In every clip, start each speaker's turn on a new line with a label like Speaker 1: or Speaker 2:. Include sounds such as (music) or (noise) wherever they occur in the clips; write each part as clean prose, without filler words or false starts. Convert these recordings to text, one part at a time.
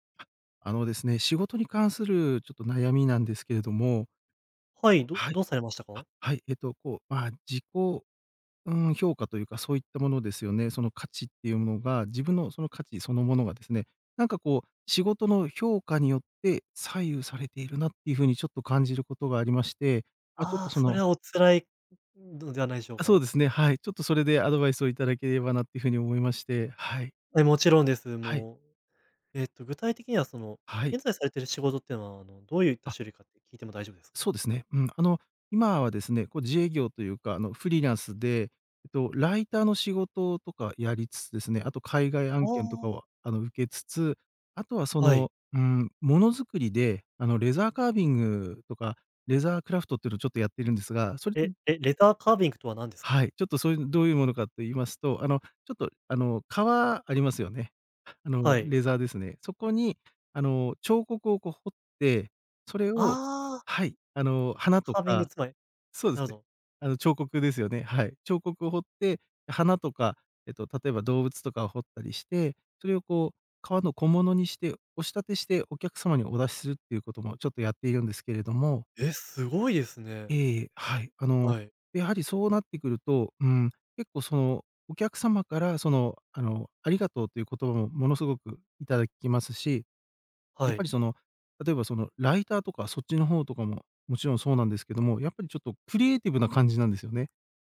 Speaker 1: (laughs) あ、あのですね、仕事に関するちょっと悩みなんですけれども、
Speaker 2: はい、
Speaker 1: こ
Speaker 2: ど
Speaker 1: はい、
Speaker 2: どうされました
Speaker 1: あ、
Speaker 2: か？
Speaker 1: はい、まあ、うん、評価というか、そういったものですよね。その価値っていうものが、自分のその価値そのものがですね、なんかこう、仕事の評価によって左右されているなっていうふうにちょっと感じることがありまして、まあ、ちょっ
Speaker 2: ああ
Speaker 1: と
Speaker 2: ー、
Speaker 1: そ
Speaker 2: そ
Speaker 1: の
Speaker 2: れはお辛いのではないでしょう
Speaker 1: あ、そう
Speaker 2: か。
Speaker 1: ですね、はい、ちょっとそれでアドバイスをいただければなっていうふうに思いまして、はい、
Speaker 2: はい、もちろんです。
Speaker 1: はい、
Speaker 2: もう、具体的にはその、
Speaker 1: はい。
Speaker 2: 現在されている仕事っていうのは、どういった
Speaker 1: あ、
Speaker 2: 種類かって聞いても大丈夫ですか？
Speaker 1: そうですね。うん。今はですね、こう自営業というか、フリーランスで、ライターの仕事とかやりつつですね、あと海外
Speaker 2: あ
Speaker 1: 案件とか
Speaker 2: あ、
Speaker 1: を、受けつつ、あとはそ
Speaker 2: はい。
Speaker 1: の、ものづくりで、レザーカービングとか、レザークラフトっていうのをちょっとやってるんですが、それっ
Speaker 2: え
Speaker 1: て
Speaker 2: え、レターカービングとは何です
Speaker 1: は
Speaker 2: か？
Speaker 1: い、ちょっとそういう、どういうものかと言いますと、あの、ちょっと、あの、革ありますよね。(laughs)
Speaker 2: はい。
Speaker 1: レザーですね。そこに、彫刻をこう彫って、それを
Speaker 2: ああ、
Speaker 1: はい、花と
Speaker 2: カービング
Speaker 1: か、
Speaker 2: つまり
Speaker 1: そうで
Speaker 2: な
Speaker 1: す
Speaker 2: るほ
Speaker 1: ね。
Speaker 2: ど。
Speaker 1: 彫刻ですよね。はい。彫刻を彫って、花とか、例えば動物とかを彫ったりして、それをこう、革の小物にして、押し立てしてお客様にお出しするっていうこともちょっとやっているんですけれども、
Speaker 2: え、すごいですね。
Speaker 1: ええ、はい。
Speaker 2: はい。
Speaker 1: やはりそうなってくると、結構その、お客様からその、ありがとうという言葉もものすごくいただきますし、
Speaker 2: は
Speaker 1: やっぱ
Speaker 2: い。
Speaker 1: りその、例えばそのライターとかそっちの方とかも、もちろんそうなんですけども、やっぱりちょっとクリエイティブな感じなんですよね。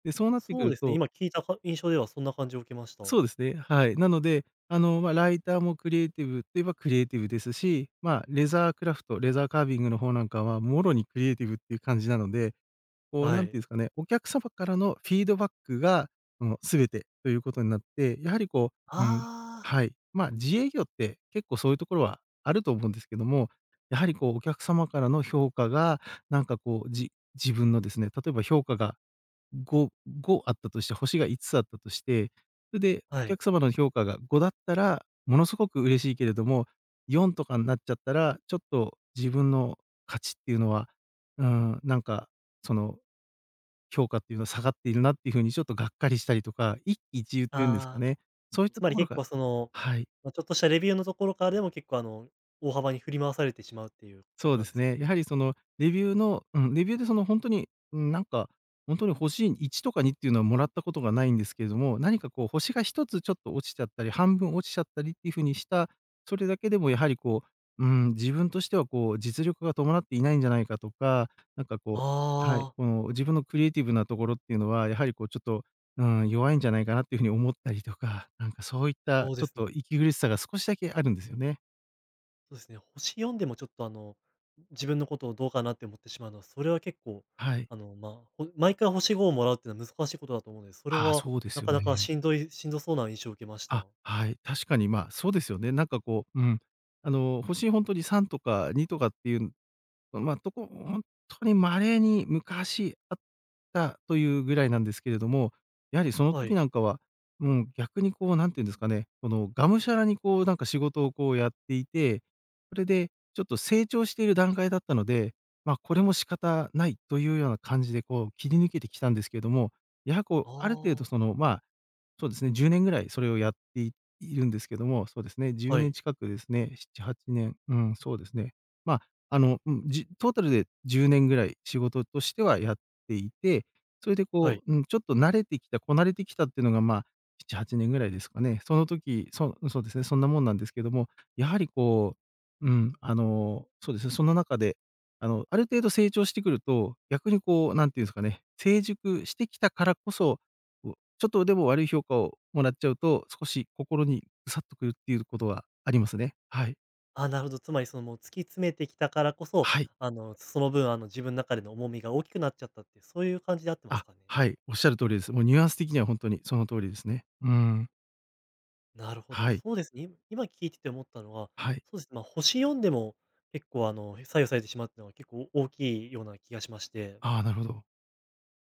Speaker 1: で、そうなってく
Speaker 2: そう
Speaker 1: る
Speaker 2: ですね、
Speaker 1: と、
Speaker 2: 今聞いたか印象ではそんな感じを受けました。
Speaker 1: そうですね、はい。なので、まあ、ライターもクリエイティブといえばクリエイティブですし、まあ、レザークラフト、レザーカービングの方なんかはもろにクリエイティブっていう感じなので、こう、
Speaker 2: は
Speaker 1: なんて
Speaker 2: い。
Speaker 1: いうんですかね、お客様からのフィードバックが、全てということになって、やはりこう、
Speaker 2: あ
Speaker 1: はい、ま、自営業って結構そういうところはあると思うんですけども、やはりこうお客様からの評価が、なんかこう、自分のですね、例えば評価が5、5あったとして、星が5つつあったとして、それで
Speaker 2: あ、
Speaker 1: お
Speaker 2: はい。
Speaker 1: 客様の評価が5だったら、ものすごく嬉しいけれども、4とかになっちゃったら、ちょっと自分の価値っていうのは、うーん、なんか、その評価っていうのは下がっているなっていう風にちょっとがっかりしたりとか、一喜一憂というんですか
Speaker 2: ああ。
Speaker 1: ね。そういっ
Speaker 2: つ
Speaker 1: た
Speaker 2: ま
Speaker 1: と
Speaker 2: り
Speaker 1: ころ
Speaker 2: 結
Speaker 1: が、
Speaker 2: 構その、
Speaker 1: はい。
Speaker 2: まあ、ちょっとしたレビューのところからでも結構大幅に振り回されてしまうっていうこ
Speaker 1: そ
Speaker 2: と
Speaker 1: う
Speaker 2: な
Speaker 1: で
Speaker 2: んで
Speaker 1: す
Speaker 2: すか
Speaker 1: ね。や
Speaker 2: ね？
Speaker 1: はりそのレビューの、レビューでその本当に、うん、なんか、本当に星1とか2っていうのはもらったことがないんですけれども、何かこう星が一つちょっと落ちちゃったり、半分落ちちゃったりっていう風にした、それだけでもやはりこう、自分としてはこう実力が伴っていないんじゃないかとか、なんかこう、はい、
Speaker 2: ああ、
Speaker 1: この自分のクリエイティブなところっていうのは、やはりこうちょっと、うん、弱いんじゃないかなっていう風に思ったりとか、なんかそういった
Speaker 2: そう
Speaker 1: ち
Speaker 2: で
Speaker 1: ょっ
Speaker 2: す
Speaker 1: と
Speaker 2: ね。
Speaker 1: 息苦しさが少しだけあるんですよね。
Speaker 2: そうですね。星4でもちょっと自分のことをどうかなって思ってしまうのは、それは結構、
Speaker 1: はい。
Speaker 2: まあ、毎回星5をもらうっていうのは難しいことだと思うので、それ
Speaker 1: ああ、
Speaker 2: は
Speaker 1: そうで
Speaker 2: な
Speaker 1: すよ
Speaker 2: かなか
Speaker 1: ね。
Speaker 2: しんどそうな印象を受けました。
Speaker 1: あ、はい。確かに、まあ、そうですよね。なんかこう、星ほんとに3とか2とかっていう、本当に稀に昔あったというぐらいなんですけれども、やはりその
Speaker 2: は
Speaker 1: 時
Speaker 2: い。
Speaker 1: なんかは、もう逆にこうなんていうんですかね、このがむしゃらにこうなんか仕事をこうやっていて、それでちょっと成長している段階だったので、まあ、これも仕方ないというような感じでこう切り抜けてきたんですけれども、やはりこう、ある程度
Speaker 2: あ
Speaker 1: そ
Speaker 2: あ、
Speaker 1: の、そうですね、10年ぐらいそれをやっていいるんですけども、そうですね、10
Speaker 2: は
Speaker 1: 年
Speaker 2: い、
Speaker 1: 近くですね、7、8年、うん、そうですね。ま、あうん、トータルで10年ぐらい仕事としてはやっていて、それで
Speaker 2: はい。
Speaker 1: こう、ちょっと慣れてきた、こなれてきたっていうのが、まあ、7、8年ぐらいですかね。その時、そそうですね、そんなもんなんですけども、やはりこう、そうですね、その中で、ある程度成長してくると、逆にこう、なんていうんですかね、成熟してきたからこそ、こうちょっとでも悪い評価をもらっちゃうと、少し心にぐさっとくるっていうことはありますね。はい。
Speaker 2: ああ、なるほど。つまりそのもう突き詰めてきたからこそ、
Speaker 1: はい。
Speaker 2: その分自分の中での重みが大きくなっちゃったっていう、そういう感じで合ってます
Speaker 1: あ、
Speaker 2: かね？
Speaker 1: はい、おっしゃる通りです。もうニュアンス的には本当にその通りですね。うーん。
Speaker 2: なるほど、
Speaker 1: はい、
Speaker 2: そうですね。今聞いてて思ったのは、
Speaker 1: はい。
Speaker 2: そうですね、まあ、星4でも結構左右されてしまうっていうのは結構大きいような気がしまして、
Speaker 1: ああ、なるほど。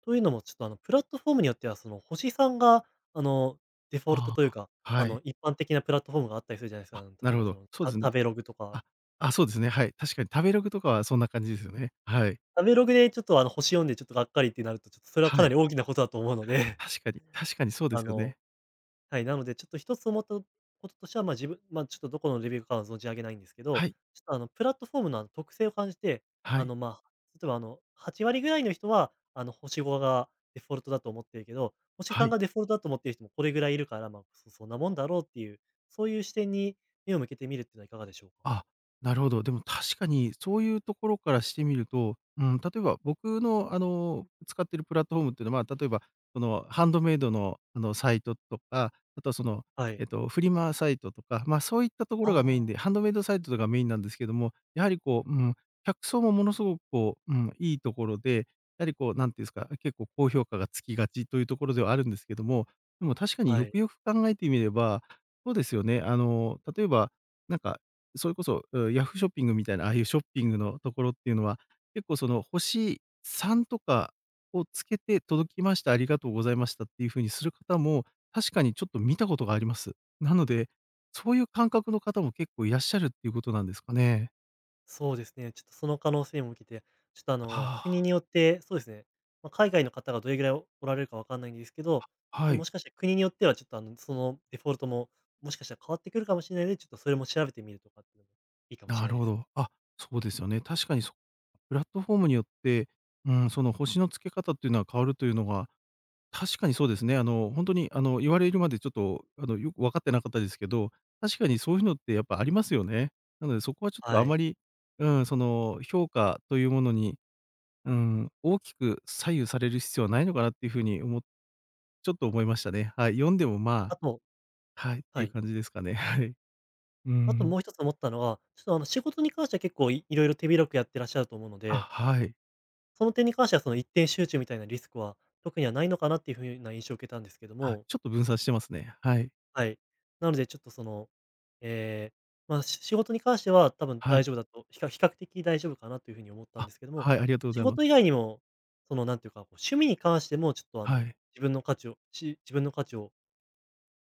Speaker 2: というのもちょっとプラットフォームによってはその星3があの、デフォルト
Speaker 1: あ
Speaker 2: という
Speaker 1: あ、
Speaker 2: か、
Speaker 1: はい。
Speaker 2: 一般的なプラットフォームがあったりするじゃないですか。
Speaker 1: あ、
Speaker 2: 例
Speaker 1: な
Speaker 2: え
Speaker 1: るほ
Speaker 2: ばそ
Speaker 1: ど。
Speaker 2: の、
Speaker 1: そうですね。
Speaker 2: 食べログとか。
Speaker 1: あ、あ、そうですね、はい。確かに食べログとかはそんな感じですよね。はい。
Speaker 2: 食べログでちょっと星4でちょっとがっかりってなると、ちょっとそれは
Speaker 1: は
Speaker 2: かな
Speaker 1: い。
Speaker 2: り大きなことだと思うので、(laughs)
Speaker 1: 確かに、確かにそうで
Speaker 2: あ
Speaker 1: すよ
Speaker 2: の
Speaker 1: ね。
Speaker 2: はい、なので、ちょっと一つ思ったこととしては、まあ、自分まあ、ちょっとどこのレビューかは存じ上げないんですけ
Speaker 1: は
Speaker 2: ど、
Speaker 1: い、
Speaker 2: ちょっとあのプラットフォームのあの特性を感じて、
Speaker 1: はい、
Speaker 2: まあ、例えばあの8割ぐらいの人は、あの星5がデフォルトだと思ってるけど、星
Speaker 1: は
Speaker 2: 3
Speaker 1: い。
Speaker 2: がデフォルトだと思ってる人もこれぐらいいるから、まあ、そんなもんだろうっていう、そういう視点に目を向けてみるっていうのはいかがでしょうか？
Speaker 1: あ、なるほど。でも確かにそういうところからしてみると、例えば僕の、使ってるプラットフォームっていうのは、まあ例えば、その、ハンドメイドの、サイトとか、あとはその、
Speaker 2: はい。
Speaker 1: フリマサイトとか、ま、そういったところがメイン
Speaker 2: あ
Speaker 1: で、ハンドメイドサイトとかメインなんですけども、やはりこう、客層もものすごくこう、いいところで、やはりこう、何ていうんですか、結構高評価がつきがちというところではあるんですけども、でも確か
Speaker 2: あ、
Speaker 1: に
Speaker 2: は
Speaker 1: よく
Speaker 2: い。
Speaker 1: よく考えてみれば、そうですよね。例えば、なんかそれこそ、ヤフーショッピングみたいな、ああいうショッピングのところっていうのは、結構その星3とかをつけて「届きました、ありがとうございました」っていう風にする方も、確かにちょっと見たことがあります。なので、そういう感覚の方も結構いらっしゃるっていうことなんですかね？
Speaker 2: そうですね。ちょっとその可能性も受けて、ちょっと国
Speaker 1: あ
Speaker 2: によって、そうですね、まあ、海外の方がどれぐらいおられるかわかんないんですけど、ちょ
Speaker 1: あ、
Speaker 2: っと
Speaker 1: はい。
Speaker 2: もしかして国によってはちょっとそのデフォルトも、もしかしたら変わってくるかもしれないので、ちょっとそれも調べてみるとかっていうのもいいかもし
Speaker 1: な
Speaker 2: れな
Speaker 1: る
Speaker 2: いで
Speaker 1: ほ
Speaker 2: す。
Speaker 1: ど。あ、そうですよね。確かにそプラットフォームによって、うん、その星の付け方っていうのは変わるというのが、確かにそうですね。本当に、言われるまでちょっと、よく分かってなかったですけど、確かにそういうのってやっぱありますよね。なのでそこはちょっと
Speaker 2: は
Speaker 1: あ
Speaker 2: い。
Speaker 1: まり、うん、その、評価というものに、うん、大きく左右される必要はないのかなっていうふうに思っちょっと思いましたね。はい。読んでもまあ、
Speaker 2: あと
Speaker 1: はい、って
Speaker 2: は
Speaker 1: いう
Speaker 2: い。
Speaker 1: 感じですかね。はい。う
Speaker 2: あと
Speaker 1: ん。
Speaker 2: もう一つ思ったのは、ちょっとあの仕事に関しては結構いろいろ手広くやってらっしゃると思うの
Speaker 1: あ、
Speaker 2: で、
Speaker 1: はい。
Speaker 2: その点に関してはその一点集中みたいなリスクは特にはないのかなっていうふうな印象を受けたんですけど
Speaker 1: あ、
Speaker 2: も
Speaker 1: ちょっと分散してますね。はい。
Speaker 2: はい。なのでちょっとその、えーまあ、仕事に関しては多分
Speaker 1: は
Speaker 2: 大
Speaker 1: い。
Speaker 2: 丈夫だと、比較的大丈夫かなというふうに思ったん
Speaker 1: あ、
Speaker 2: ですけども、
Speaker 1: はい、ありがとうご
Speaker 2: 仕
Speaker 1: ざいま
Speaker 2: 事以
Speaker 1: す。
Speaker 2: 外にも、その、なんていうか、こう趣味に関してもちょっと、
Speaker 1: はい。
Speaker 2: 自分の価値を、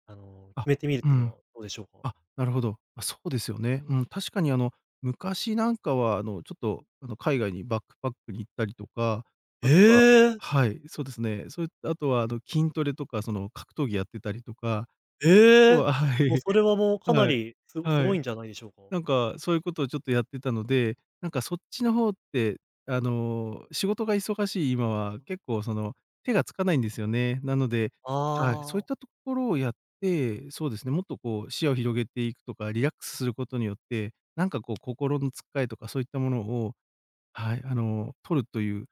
Speaker 1: あ、
Speaker 2: 決めてみるっ
Speaker 1: う
Speaker 2: ていうの
Speaker 1: ん。
Speaker 2: はどうでしょうか？
Speaker 1: あ、なるほど。あ、そうですよね。うん、確かに昔なんかはちょっと海外にバックパックに行ったりとか、あ
Speaker 2: え
Speaker 1: とは
Speaker 2: え！
Speaker 1: はい、そうですね。そういったあとは筋トレとかその、格闘技やってたりとか、あと
Speaker 2: ええ！
Speaker 1: はは
Speaker 2: もう
Speaker 1: い、
Speaker 2: それはもうかな
Speaker 1: はい、
Speaker 2: りす
Speaker 1: は
Speaker 2: ご
Speaker 1: い。
Speaker 2: いんじゃないでしょうか？
Speaker 1: なんか、そういうことをちょっとやってたので、なんかそっちの方って、仕事が忙しい今は、結構その、手がつかないんですよね。なので、はい、そうい
Speaker 2: あ
Speaker 1: っ
Speaker 2: あー。
Speaker 1: たところをやって、そうですね、もっとこう、視野を広げていくとか、リラックスすることによって、なんかこう、心のつっかえとかそういったものを、はい、取るという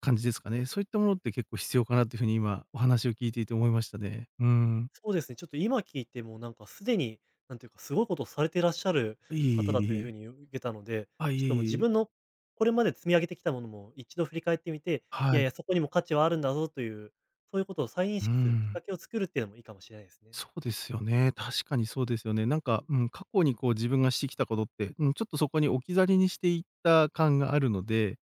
Speaker 1: 感じですかね。そういったものって結構必要かなという風に今、お話を聞いていて思いましたね。うーん。
Speaker 2: そうですね、ちょっと今聞いてもなんかすでに、なんていうか、すごいことをされていらっしゃる
Speaker 1: いえいえ
Speaker 2: 方だと
Speaker 1: いえ
Speaker 2: いう
Speaker 1: い
Speaker 2: ふう
Speaker 1: え。
Speaker 2: に受けたので、
Speaker 1: あ、
Speaker 2: ち
Speaker 1: い
Speaker 2: ょっ
Speaker 1: え
Speaker 2: と
Speaker 1: い
Speaker 2: もう
Speaker 1: え
Speaker 2: 自
Speaker 1: い
Speaker 2: 分
Speaker 1: え。
Speaker 2: のこれまで積み上げてきたものも一度振り返ってみて、い
Speaker 1: は
Speaker 2: やいや、
Speaker 1: い。
Speaker 2: そこにも価値はあるんだぞという、そういうことを再認
Speaker 1: うー
Speaker 2: 識するきっか
Speaker 1: ん。
Speaker 2: けを作るっていうのもいいかもしれないですね。
Speaker 1: そうですよね。確かにそうですよね。なんか、うん、過去にこう自分がしてきたことって、うん、ちょっとそこに置き去りにしていった感があるので、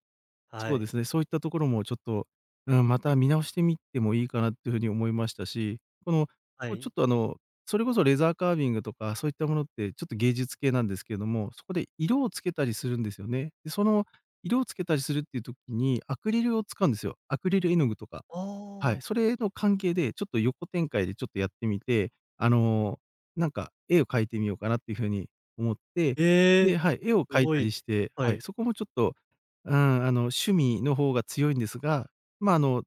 Speaker 2: は
Speaker 1: そうで
Speaker 2: い。
Speaker 1: すね、そういったところもちょっと、うん、また見直してみてもいいかなっていうふうに思いましたし、この、
Speaker 2: は
Speaker 1: こうちょ
Speaker 2: い。
Speaker 1: っとそれこそレザーカービングとかそういったものってちょっと芸術系なんですけれども、そこで色をつけたりするんですよね。で、その色をつけたりするっていう時にアクリルを使うんですよ。アクリル絵の具とか。は
Speaker 2: ああ、
Speaker 1: い、それの関係で、ちょっと横展開でちょっとやってみて、なんか絵を描いてみようかなっていう風に思って、
Speaker 2: ええ、
Speaker 1: で、はい、絵を
Speaker 2: す
Speaker 1: 描い
Speaker 2: ご
Speaker 1: た
Speaker 2: い。
Speaker 1: りして、
Speaker 2: は
Speaker 1: はい、
Speaker 2: い。
Speaker 1: そこもちょっと、うーん、趣味の方が強いんですが、まあ、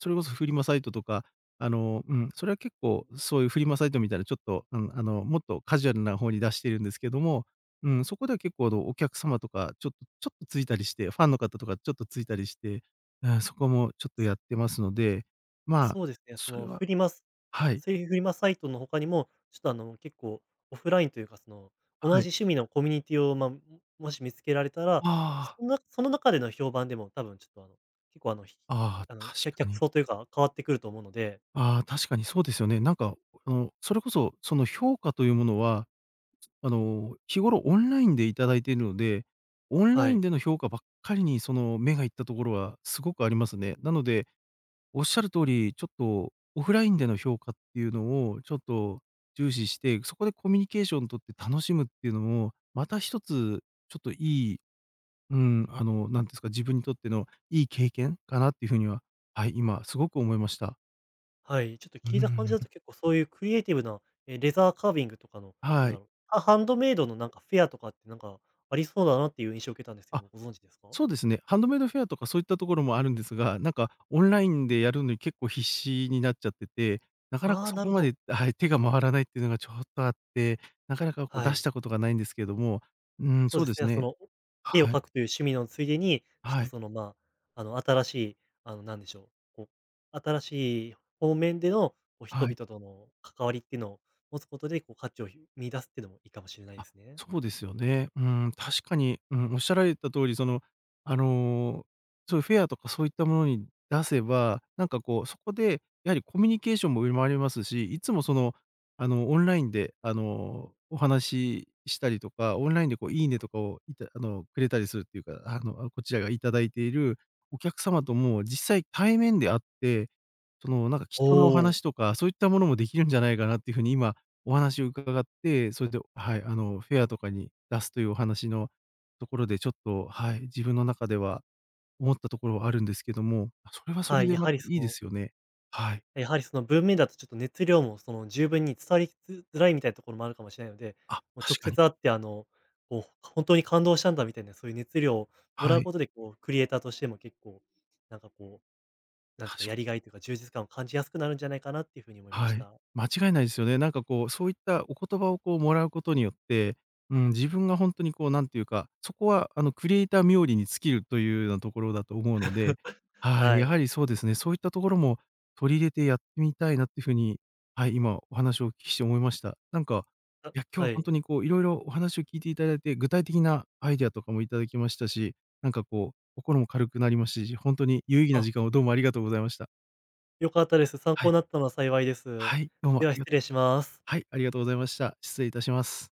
Speaker 1: それこそフリマサイトとか、うん、それは結構そういうフリマサイトみたいなちょっと、うん、もっとカジュアルな方に出してるんですけども、うん、そこでは結構お客様とかちょっとついたりして、ファンの方とかちょっとついたりして、うん、そこもちょっとやってますのでまあ、
Speaker 2: そうですね、そ
Speaker 1: それ
Speaker 2: の
Speaker 1: は
Speaker 2: フリマス
Speaker 1: はい、
Speaker 2: セリフフリマサイトの他にも、ちょっと結構オフラインというか、その、同
Speaker 1: は
Speaker 2: じ
Speaker 1: い。
Speaker 2: 趣味のコミュニティを、まあ、もし見つけられたら、ちょっと
Speaker 1: あ
Speaker 2: そんなその中での評判でも多分ちょっと結構
Speaker 1: あ、ああ、確か
Speaker 2: 客
Speaker 1: に。
Speaker 2: 層というか変わってくると思うので、
Speaker 1: ああ、確かにそうですよね。なんか、それこそ、その評価というものは、日頃オンラインでいただいているので、オンラ
Speaker 2: は
Speaker 1: イ
Speaker 2: い、
Speaker 1: ンでの評価ばっかりに、その、目がいったところはすごくありますね。なので、おっしゃる通り、ちょっとオフラインでの評価っていうのをちょっと重視して、そこでコミュニケーション取って楽しむっていうのも、また一つちょっといいうん、なんていうんですか、自分にとってのいい経験かなっていうふうには、はい、今すごく思いました。
Speaker 2: はい、ちょっと
Speaker 1: うー
Speaker 2: 聞いた感じだと
Speaker 1: ん。
Speaker 2: 結構そういうクリエイティブな、え、レザーカービングとかの、なん
Speaker 1: は
Speaker 2: だ
Speaker 1: い。
Speaker 2: ろう、ハンドメイドのなんかフェアとかってなんかありそうだなっていう印象を受けたんですけど
Speaker 1: あ、
Speaker 2: も、ご存知ですか？
Speaker 1: そうですね。ハンドメイドフェアとかそういったところもあるんですが、なんかオンラインでやるのに結構必死になっちゃってて、なかなか
Speaker 2: ああー、
Speaker 1: そ
Speaker 2: な
Speaker 1: こ
Speaker 2: るほ
Speaker 1: ま
Speaker 2: ど。
Speaker 1: で、はい、手が回らないっていうのがちょっとあって、なかなかこう
Speaker 2: は
Speaker 1: 出し
Speaker 2: い。
Speaker 1: たことがないんですけれども、うん、
Speaker 2: そう
Speaker 1: そ
Speaker 2: で
Speaker 1: う
Speaker 2: す
Speaker 1: です
Speaker 2: ね、そ
Speaker 1: ね。
Speaker 2: の、絵を
Speaker 1: はい、
Speaker 2: 描くという趣味のついでに、ちょっと
Speaker 1: はい、
Speaker 2: その、新しい、なんでしょう、こう、新しい方面での、こう、人
Speaker 1: は
Speaker 2: 々
Speaker 1: い。
Speaker 2: との関わりっていうのを持つことで、こう、価値を見出すっていうのもいいかもしれないで
Speaker 1: あ、
Speaker 2: すね。
Speaker 1: そうですよね。うん、確かに、うん、おっしゃられた通り、その、あの、そういうフェアとかそういったものに出せば、なんかこう、そこでやはりコミュニケーションも生まれますし、いつもその、オンラインで、お話ししたりとか、オンラインでこう、いいねとかをいたあの、くれたりするっていうか、こちらがいただいているお客様とも実際対面で会って、その、なんか貴
Speaker 2: お
Speaker 1: 重なお
Speaker 2: お、
Speaker 1: 話とか、そういったものもできるんじゃないかなっていうふうに今お話を伺って、それで、はい、フェアとかに出すというお話のところで、ちょっと、はい、自分の中では思ったところはあるんですけども、あ、それはそ
Speaker 2: は
Speaker 1: れ
Speaker 2: い、
Speaker 1: で
Speaker 2: や
Speaker 1: ま
Speaker 2: は
Speaker 1: た
Speaker 2: りそ
Speaker 1: いいで
Speaker 2: の
Speaker 1: すよね。はい。
Speaker 2: 文面だとちょっと熱量もその十分に伝わりづらいみたいなところもあるかもしれないので、
Speaker 1: あ、
Speaker 2: もう直
Speaker 1: 確か
Speaker 2: 接
Speaker 1: に。
Speaker 2: 会って、こう、本当に感動したんだみたいな、そういう熱量をもら
Speaker 1: は
Speaker 2: う
Speaker 1: い。
Speaker 2: ことで、こう、クリエイターとしても結構、なんかこう、なんていうか、
Speaker 1: 確
Speaker 2: や
Speaker 1: か
Speaker 2: りがいというか、充実感を感じやすくなるんじゃないかなっていうふうに思いま
Speaker 1: は
Speaker 2: し
Speaker 1: い。
Speaker 2: た。
Speaker 1: 間違いないですよね。なんかこう、そういったお言葉をこうもらうことによって、うん、自分がほんとにこうなんていうか、そこはあのクリエイター冥利に尽きるというようなところだと思うので、はい、
Speaker 2: は
Speaker 1: や
Speaker 2: い。
Speaker 1: はりそうですね、そういったところも取り入れてやってみたいなっていう風に、はい、今お話をお聞きして思いました。なんか、
Speaker 2: あ、
Speaker 1: いや、今日
Speaker 2: は
Speaker 1: はほん
Speaker 2: い。
Speaker 1: とにこう色々お話を聞いていただいて、具体的なアイデアとかもいただきましたし、なんかこう、心も軽くなりましたし、ほんとに有意義な
Speaker 2: あ、
Speaker 1: 時間をどうもありがとうございました。
Speaker 2: 良かったです。参
Speaker 1: は
Speaker 2: 考
Speaker 1: い。
Speaker 2: になったのは幸いです。
Speaker 1: はい、どうも
Speaker 2: で
Speaker 1: あ
Speaker 2: は
Speaker 1: りが
Speaker 2: 失
Speaker 1: と
Speaker 2: 礼します。
Speaker 1: はい、ありがとうございました。失礼いたします。